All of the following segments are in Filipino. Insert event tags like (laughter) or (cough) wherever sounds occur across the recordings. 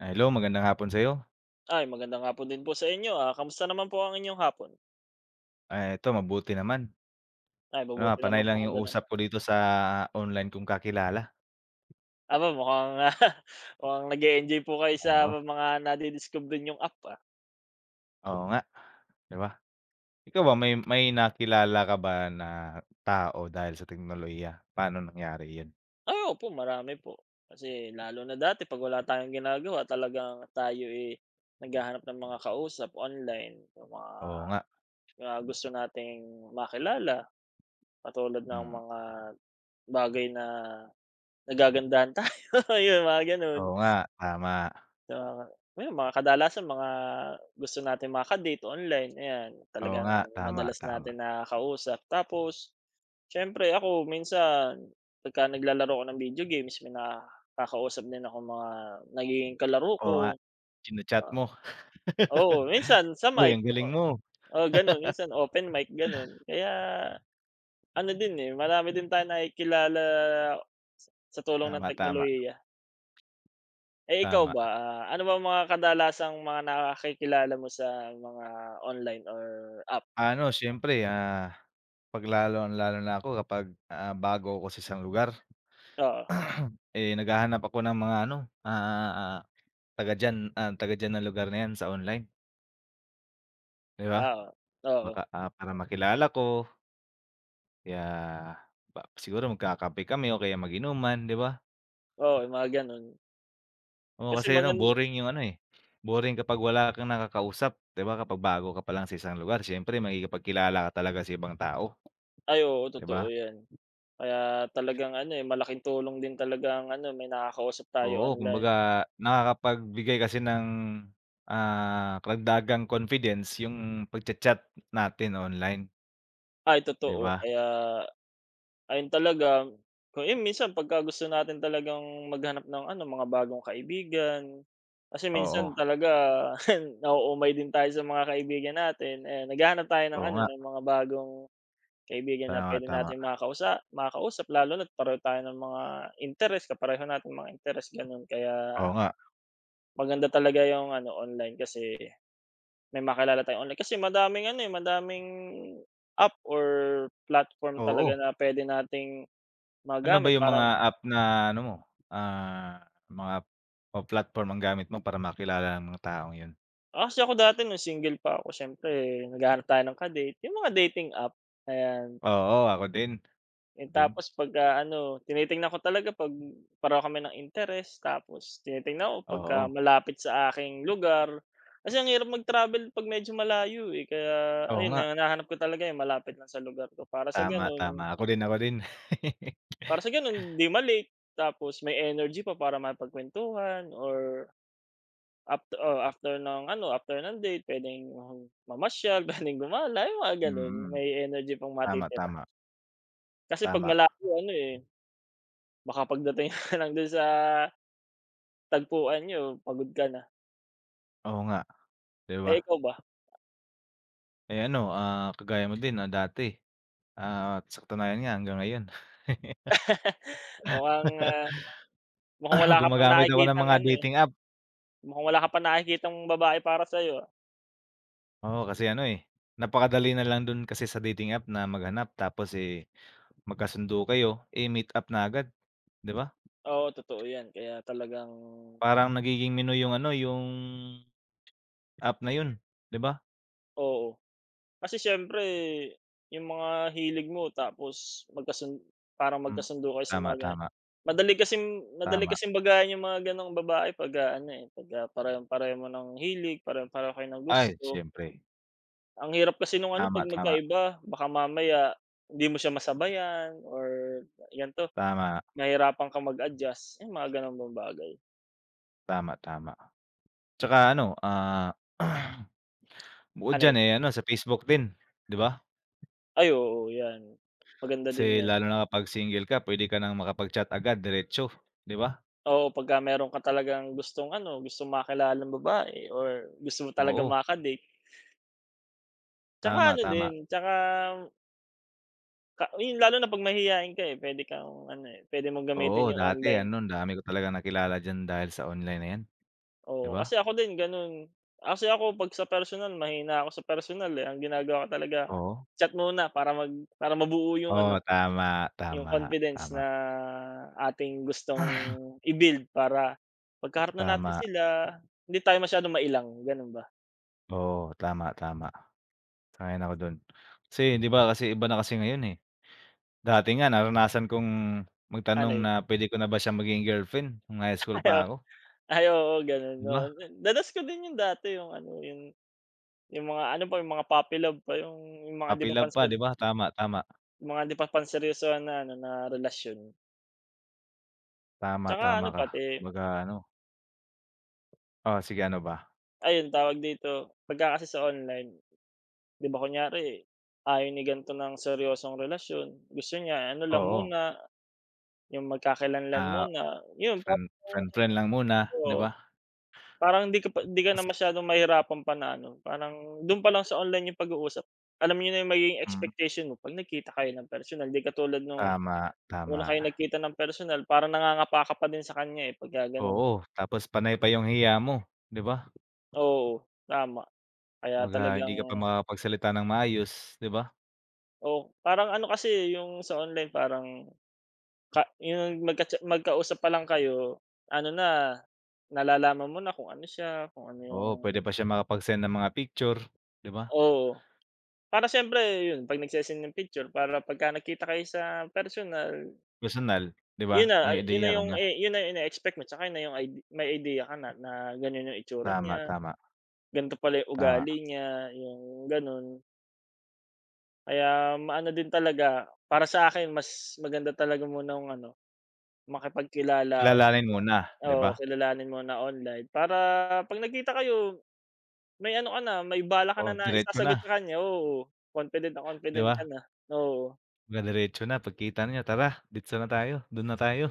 Ah, hello, magandang hapon sa'yo. Ay, magandang hapon din po sa inyo, kamusta naman po ang inyong hapon? Ah, eto mabuti naman. Ay, Ano, mabuti ah, panay naman po lang kung yung gano'n. usap ko dito sa online kong kakilala. Aba, (laughs) mukhang nag-e-enjoy po kayo sa Oo, mga nadidiskubre niyong app, ah. oo nga, 'di ba? Ikaw ba may nakilala ka ba na tao dahil sa teknolohiya? Paano nangyari yun? Ay, opo, marami po. Kasi lalo na dati 'pag wala tayong ginagawa talagang tayo, eh, naghahanap ng mga kausap online, yung mga Oo nga, mga gusto nating makilala, katulad ng mm. mga bagay na nagagandahan tayo, (laughs) ayun, mga gano'n. Oo nga, tama. Na ayun, mga kadalasan mga gusto natin maka-date online, ayan, Oo talagang nga, tama, madalas tama. natin nakakausap. Tapos siyempre ako minsan pagka naglalaro ako ng video games, may nakakausap din ako mga nagiging kalaro Oo ko. nga, china-chat Ah, mo. oo, (laughs) minsan sa Uy, mic, ang o galing mo. oo, gano'n. Minsan open mic, gano'n. Kaya ano din, eh, marami din tayo nakikilala sa tulong ng Tama, tama, teknolohiya. Eh, ikaw tama. ba, ano ba mga kadalasang mga nakakikilala mo sa mga online or app? Ano siyempre, ah, 'pag lalo lalong-lalo na ako kapag, ah, bago ako sa isang lugar. Oo, Eh, naghahanap ako ng mga ano, ah, ah, taga diyan ng lugar na 'yan sa online, 'di ba? oo, oo, Baka, ah, para makilala ko kaya ba siguro magkakape kami o kaya mag-inuman, 'di ba? oo, yung mga gano'n. Oo, Kasi kasi ano boring 'yung ano, eh, boring kapag wala kang nakakausap, 'di ba? Kapag bago ka pa lang sa isang lugar siyempre makikipagkilala ka talaga sa ibang tao, ay oo, 'di totoo ba? 'yan. Kaya talagang ano, eh, malaking tulong din talaga ang ano, may nakakausap tayo Oo, online. kumbaga nakakapagbigay kasi ng, ah, karagdagang confidence 'yung pagcha-chat natin online, Ay 'di totoo, ba? kaya ayun talaga, kung yun minsan pagka gusto natin talagang maghanap ng ano, mga bagong kaibigan, kasi minsan Oo. talaga (laughs) nauumay din tayo sa mga kaibigan natin, eh, naghahanap tayo ng Oo ano, nga, ng mga bagong kaibigan na tama, pwede tama. natin makausap lalo na't pareho tayo ng mga interes, kapareho natin mga interes, gano'n. Kaya Oo nga, maganda talaga yung ano, online kasi may makilala tayong online kasi madaming ano, eh, madaming app or platform talaga oo. na pwede nating Ano ba magamit yung para mga app na ano mo, ah, mga app o platform ang gamit mo para makilala ng mga taong yun? ah, kasi ako dati nung single pa ako siyempre naghahanap tayo ng ka-date, yung mga dating app, ayan. Oo, ako din, Eh, ako din. tapos pagka ano, tinitingnan ko talaga 'pag pareho kami ng interes tapos tinitingnan ko pagka Oo, malapit sa aking lugar. Kasi ang hirap mag-travel 'pag medyo malayo, eh, kaya oo ayun nga, hinahanap ko talaga yung malapit lang sa lugar ko para sa tama, tama. gano'n Ako din, ako din. (laughs) para sa gano'n 'di ma tapos may energy pa para makipagkuwentuhan or After ng ano, after ng date puwedeng mamasyal, (laughs) puwedeng gumala, yung mga gano'n. Mm, May energy pang tama, matitira. tama, Kasi 'pag tama. malayo ano, eh, baka pagdating (laughs) ka lang do'n sa tagpuan niyo pagod ka na. Oo nga, 'di ba? Eh, ikaw ba? Eh, ano, ah, kagaya mo din na dati, ah, at sa katunayan nga hanggang ngayon Mukhang, ah, (laughs) mukhang (clears throat) wala ka pang gumagamit ako ng nakikitang mga ano, eh, dating app. mukhang wala ka pang nakikitang babae para sa'yo, ah. Oo, kasi ano, eh, napakadali na lang dun kasi sa dating app na maghanap tapos, eh, magkasundo kayo, eh, meet up na agad, 'di ba? Oo, totoo 'yan. Kaya talagang Parang nagiging menu yung ano, yung app na yun, 'di ba? oo. Kasi siyempre yung mga hilig mo tapos parang Hmm, magkasundo kayo sa mga tama, tama, madali kasi madali tama. kasing bagayan yung mga gano'ng babae pagka ano, eh, pagka parehong-pareho mo ng hilig, parehong-pareho kayo ng Ay, gusto. siyempre. Ang hirap kasi nung ano 'pag Tama, tama, magkaiba baka mamaya hindi mo siya masabayan or ganito, tama, mahirapan kang mag-adjust, yung mga gano'ng mga bagay. tama, tama. Tsaka ano, ah, (clears throat) bukod Ano diyan, yun? eh, ano, sa Facebook din, 'di ba? Ay oo, yan. Maganda din Kasi yan. lalo na kapag single ka puwede ka ng makapag-chat agad diretso, 'di ba? Oo, pagka meron ka talagang gustong ano, gustong makilalang babae or gusto mo talagang Oo, maka-date. Tsaka tama, ano din, tama. tsaka ka yun lalo na 'pag mahiyain ka, eh, puwede kang ano, eh, puwede mong Oo, gamitin yung dati online. ano, ang dami ko talagang nakilala diyan dahil sa online na 'yan, 'di Oo, ba? kasi ako din gano'n. Kasi ako 'pag sa personal mahina ako sa personal, eh, ang ginagawa ko talaga Oo. chat muna para para mabuo yung ano, Oo, tama, yung tama, confidence tama. na ating gustong i-build para pagkaharap na natin Tama, sila, hindi tayo masyadong mailang, gano'n ba? oo, tama, tama. Sang-ayon ako do'n. Kasi 'di ba kasi iba na kasi ngayon, eh. Dati nga naranasan kong Ano magtanong yun? na puwede ko na ba siyang maging girlfriend nung high school pa ako, (laughs) Ay oo, gano'n, 'di oo. ba? Danas ko din yung dati, yung ano, yung mga ano pa, yung mga puppy love pa, yung mga 'di pa Puppy-love pa, 'di ba? Tama, tama. Panseryosohan na ano, na relasyon. Tama, Tsaka tama ano ka. pati, Kumbaga ano oo, sige ano ba? ayun tawag dito, pagka kasi sa online, 'di ba kunyari, ayaw ni ganito ng seryosong relasyon, gusto niya ano lang Oo, muna, yung magkakakilanlan ah, muna, yun friend parang friend-friend lang muna, 'di oo. ba? Parang hindi ka na Tas masyadong mahirapan pa na ano, parang do'n pa lang sa online yung pag-uusap, alam niyo na yung magiging mm, expectation mo 'pag nagkita kayo ng personal, 'di katulad nung tama, tama. una kayo nagkita ng personal parang nangangapa ka pa din sa kanya, eh, pagka gano'n. Oo, tapos panay pa yung hiya mo, 'di ba? Oo, tama. Kaya Kumbaga hindi talagang ka pa makakapagsalita ng maayos, 'di ba? oo, parang ano kasi, eh, yung sa online parang ka yung magkausap pa lang kayo, ano na, nalalaman mo na kung ano siya, kung ano yung Oo, puwede pa siya makapag-send ng mga picture, 'di ba? oo. Para siyempre yun, 'pag nagse ng picture para pagka nagkita kayo sa personal, Personal, 'di ba? yun na May yun na ideya ka yung, na. eh, yun na ine-expect mo tsaka yun na yung may idea ka na na ganun yung itsura Tama, niya, tama, ganito pala yung tama. ugali niya, yung ganun. Kaya maano din talaga, para sa akin mas maganda talaga muna yung ano, makipagkilala Kilalanin online. muna, 'di ba? Oo, kilalanin mo na online para 'pag nagkita kayo, may ano ka na, may bala ka na Oo, na diretso na, isasagot sa kanya, oo. Confident na 'di confident ka ba? na, oo. Kumbaga diretso na pagkita niyo, "Tara, ditso na tayo, do'n na tayo."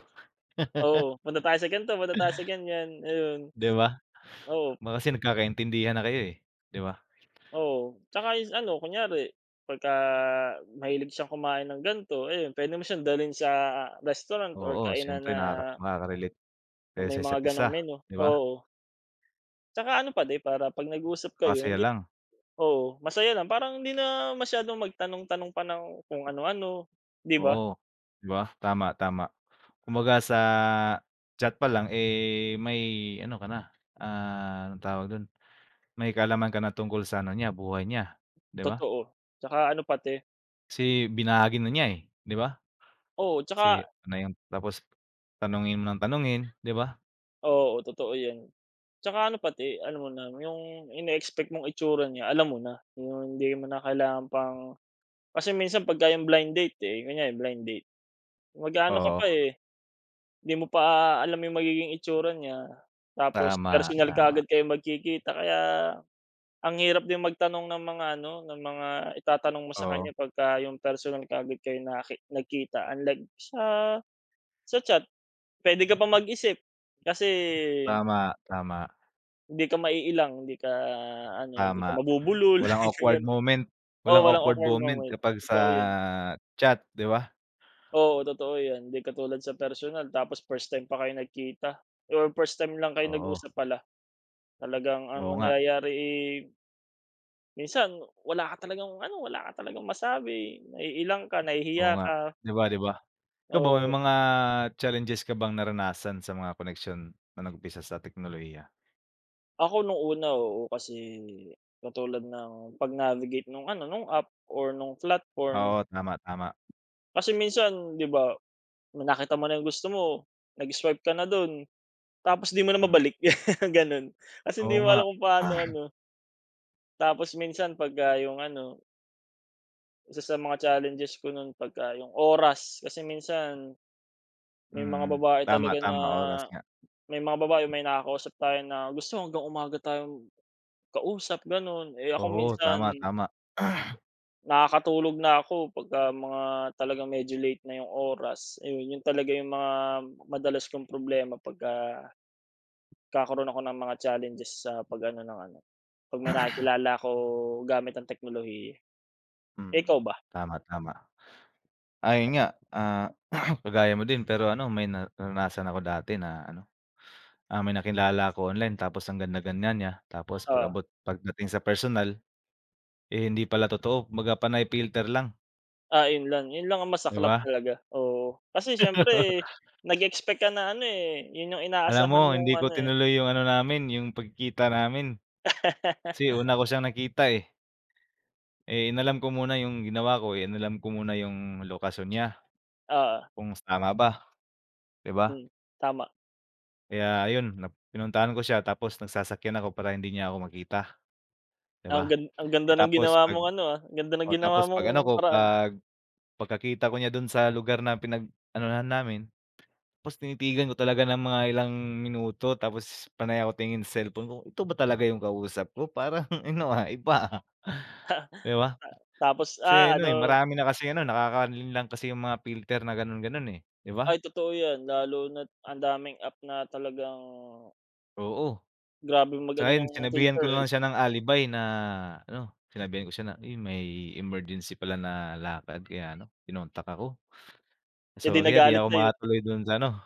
Oo, (laughs) punta tayo sa ganito, punta tayo sa ganyan, ayun. 'Di ba? Oo, Baka kasi nagkakaintindihan na kayo, eh, 'di ba? oo. Tsaka yung ano, kunyari pagka mahilig siyang kumain ng ganito, ayun, puwede mo siyang dalhin sa restaurant or Oo, kainan siyempre na makaka-relate kayo may sa mga isa't isa, gano'ng menu, 'di ba? oo. Tsaka ano pa din, para 'pag nag-uusap kayo Pakasaya hindi lang, oo, masaya lang parang hindi na masyadong magtanong-tanong pa ng kung ano-ano, 'di ba? oo, 'di ba? Tama, tama. Kumbaga sa chat pa lang, eh, may ano ka na, ah, anong tawag dun, may kaalaman ka na tungkol sa ano niya, buhay niya, 'di ba? Totoo. Tsaka ano pati Kasi binahagi na niya, eh, 'di ba? oo, tsaka Kasi ano na yung tapos tanungin mo ng tanungin, 'di ba? oo, totoo 'yan. Tsaka ano pati, alam mo na yung ine-expect mong itsura niya alam mo na, yung hindi mo na kailangan pang kasi minsan pagka yung blind date, eh, kunyari blind date, mag-aano ka pa, Oo, eh, hindi mo pa alam yung magiging itsura niya, tapos tama, personal tama. kaagad kayo magkikita kaya ang hirap din magtanong ng mga ano, ng mga itatanong mo sa kanya Oo, pagka yung personal kaagad kayo nagkita unlike sa chat, pwede ka pa mag-isip kasi tama, tama, hindi ka maiilang, hindi ka ano, hindi ka tama. mabubulol, Walang (laughs) yung awkward ganun. moment, Oo, walang walang awkward awkward moment moment, kapag sa totoo 'yan. chat, 'di ba? Oo, totoo 'yan, 'di katulad sa personal tapos first time pa kayo nagkita or first time lang kayo Oo, nag-usap pala. Talagang ang oo nga, nangyayari, eh, minsan wala ka talagang ano, wala ka talagang masabi, naiilang ka, oo nahihiya nga, ka, 'di ba, 'di ba? Ikaw ba, oo. may mga challenges ka bang naranasan sa mga koneksyon na nag-umpisa sa teknolohiya? Ako nung una, oo, kasi katulad ng pag-navigate nung ano, nung app or nung platform. Oo, tama, tama. Kasi minsan 'di ba nakita mo na yung gusto mo, nag-swipe ka na dun, tapos di mo na Hmm, mabalik (laughs) ganun. Kasi hindi oo mo nga. alam kung paano (clears throat) ano, tapos minsan pagka yung ano, isa sa mga challenges ko nun pagka yung oras, kasi minsan may mga Mm, babae tama, talaga na tama, oras nga. may mga babae may nakakausap tayo na gusto hanggang umaga tayong kausap gano'n. Eh, ako Oo, minsan tama, tama. (clears throat) nakakatulog na ako pagka mga talagang medyo late na yung oras, ayun yun talaga yung mga madalas kong problema pagka nagkakaroon ako ng mga challenges sa pag-ano ng ano, 'pag may nakikilala ako gamit ang teknolohiya. Eh, ikaw Mm, ba? tama, tama. Ayun nga, ah, (clears throat) kagaya mo din pero ano may na naranasan ako dati na ano, ah, may nakilala ako online tapos ang ganda-ganda niya tapos Oo. pag-abot pagdating sa personal, eh, hindi pala totoo kumbaga panay filter lang, Ah, 'yun lang ang 'di masaklap ba? talaga, oo. Kasi (laughs) siyempre nag-expect ka na ano, eh, 'yun yung Alam mo inaasahan mong hindi ko ano, eh. tinuloy yung ano namin, yung pagkikita namin. Kasi (laughs) una ko siyang nakita, eh. Eh, inalam ko muna yung ginawa ko, eh, inalam ko muna yung lokasyon niya Oo, kung tama ba, 'di ba? hmm, tama. Kaya ayun, na pinuntahan ko siya tapos nagsasakyan ako para hindi niya ako makita, 'di Ang ba? gan ang ganda Eh, ng tapos ginawa 'pag mong ano, ah, ang ganda ng o ginawa tapos mong 'pag ano ko, paraan. 'pag pagkakita ko niya dun sa lugar na pinag-anuhan namin, tapos tinitigan ko talaga ng mga ilang minuto tapos panay ako tingin sa cellphone ko, ito ba talaga yung kausap ko? Parang (laughs) ano, ah, iba, ah. 'Di ba? Tapos, ah, Kasi ano, eh, ano marami na kasing ano, nakakalinlang kasi yung mga filter na gano'n, gano'n, eh, 'di ba? ay totoo 'yan lalo na't ang daming app na talagang Oo, grabeng tsaka mag-ano yun ng sinabihan ko filter, na eh. lang siya ng alibay na ano, sinabihan ko siya na, "Uy, may emergency pala na lakad kaya ano, kinontak ako. Eh, 'di Sorry, ah, 'di nagalit ako sa'yo. makatuloy dun sa ano,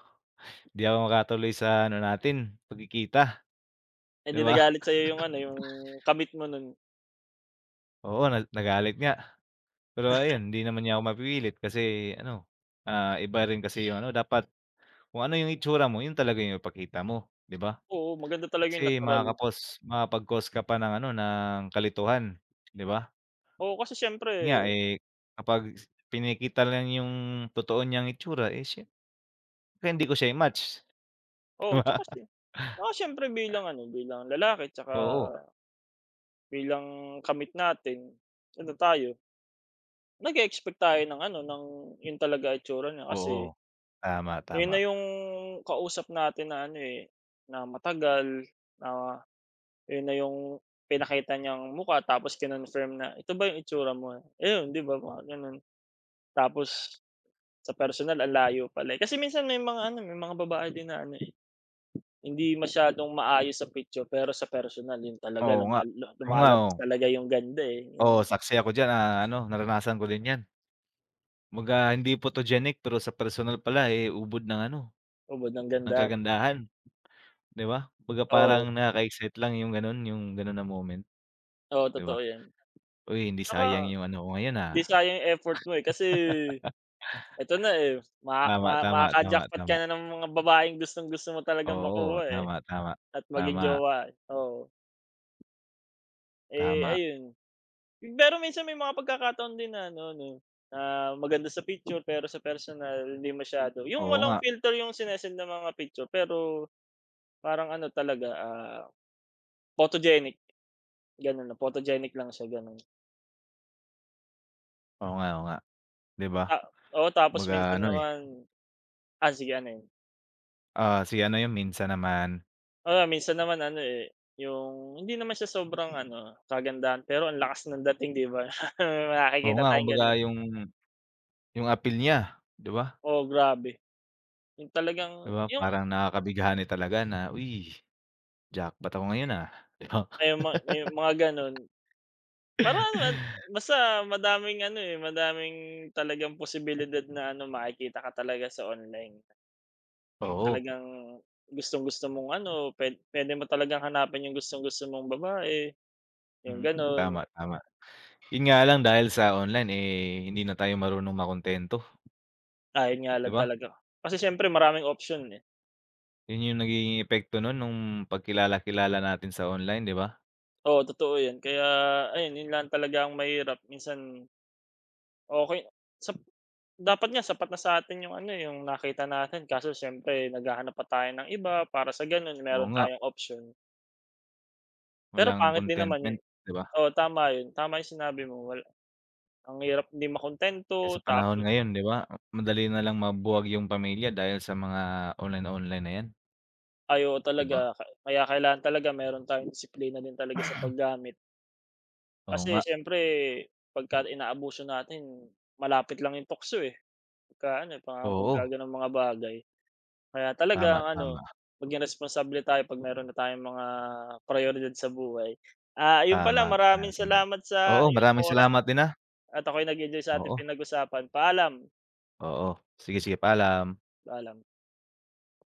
'di ako makatuloy sa ano natin, pagkikita." 'Di Hindi ba? nagalit sa'yo yung ano, yung kamit mo nun? Oo, na nagalit nga. Pero ayun, hindi naman niya ako mapipilit kasi ano, ah, iba rin kasi yung ano, dapat kung ano yung itsura mo, yun talaga yung ipakita mo, 'di ba? Oo, maganda talaga yung Kasi natural. makakapos makakapag-cause ka pa ng ano, ng kalituhan, 'di ba? Oo, kasi siyempre Yun nga, eh, kapag pinakita lang yung totoo niyang itsura, eh, siyempre hindi ko siya i-match, (laughs) 'di oo, ba? Tsaka siyempre bilang ano, bilang lalaki tsaka Oo, bilang kamit natin, ano tayo, nag-e-expect tayo ng ano, ng yun talaga itsura niya kasi oo. Tama, ayun tama. na yung kausap natin na ano, eh, na matagal, na ayun na yung pinakita niyang mukha tapos kinonfirm na, "Ito ba yung itsura mo?" Ayun, 'di ba, mga gano'n. Tapos sa personal ang layo pala, eh. Kasi minsan may mga ano, may mga babae din na ano, eh, hindi masyadong maayos sa picture pero sa personal yun talaga Oo nga. Oo nga, lumalabas oo. talaga yung ganda, eh, Oo, yung saksi ako diyan, ah, ano, naranasan ko din 'yan. Kumbaga hindi photogenic pero sa personal pala, eh, ubod ng ano, ubod ng ng ganda. kagandahan, 'di ba? Kumbaga parang Oo, nakaka-excite lang yung gano'n na moment, oo 'di ba? totoo yan. "Uy, hindi Tsaka sayang yung ano ko ngayon, ah." hindi sayang yung effort mo, eh, kasi eto na, eh, ma ma Tama, tama, tama, makaka-jackpot ka tama. na ng mga babaeng gustong-gusto mo talagang Oo, makuha, eh, tama, tama, at maging tama, jowa, eh. Oo. Eh, tama. ayun pero minsan may mga pagkakataon din na ano 'no, na maganda sa picture pero sa personal hindi masyado. Yung Oo walang nga, filter yung sine ng mga picture pero parang ano talaga, ah, photogenic gano'n, photogenic lang siya gano'n. oo nga, oo nga, 'di ba? Ta Oo, tapos Kumbaga minsan ano, eh, naman ah, sige ano yun? ah, si ano yun minsan naman Oo, minsan naman ano, eh, yung hindi naman siya sobrang ano, kagandahan pero ang lakas ng dating 'di ba? (laughs) oo Nakikita nga, tayong kumbaga gano'n. yung apil niya, 'di ba? Oo, grabe. Yung talagang 'Di ba yung parang nakakabighani talaga na, "Uy, jackpot ako ngayon, ah." (laughs) 'Di ba? may mga gano'n parang ano, basta madaming ano, eh, madaming talagang posibilidad na ano, makikita ka talaga sa online. Oo, Talagang gustong-gusto mong ano, puwede mo talagang hanapin yung gustong-gusto mong babae, yung mm, gano'n. tama, tama. Yun nga lang dahil sa online, eh, hindi na tayo marunong makuntento, Ah, yun nga 'di lang ba? talaga kasi siyempre maraming option, eh. Yun yung nagiging epekto nun nung pagkilala-kilala natin sa online, 'di ba? Oo, totoo yan. Kaya ayun, yun lang talaga ang mahirap. Minsan okay. sap dapat nga sapat na sa'tin yung ano, eh, yung nakita natin kaso siyempre naghahanap pa tayo ng iba para sa gano'n Oo meron nga, tayong option. Pero walang pangit din naman contentment, yun. 'di ba? Oo, tama 'yun, tama 'yung sinabi mo, wala ang hirap hindi makuntento Kasi sa panahon tapos ngayon, 'di ba, madali na lang mabuwag yung pamilya dahil sa mga online-online na yan, ayo 'di talaga ba? ka kaya kailangan talaga meron tayong disiplina din talaga sa paggamit. Oo nga, Kasi siyempre pagka inaabuso natin malapit lang 'yung tukso, eh, pagka ano, mga pagka oo. gano'ng mga bagay. Kaya talaga Tama, ano, tama, maging responsable tayo 'pag meron na tayong mga prayoridad sa buhay. Ah, 'yun pala tama, para maraming sa lahat. salamat sa Oo, iyong maraming oras salamat din, ah. at ako'y nag-enjoy sa ating Oo, pinag-usapan. Paalam, oo. Sige, sige, paalam. paalam.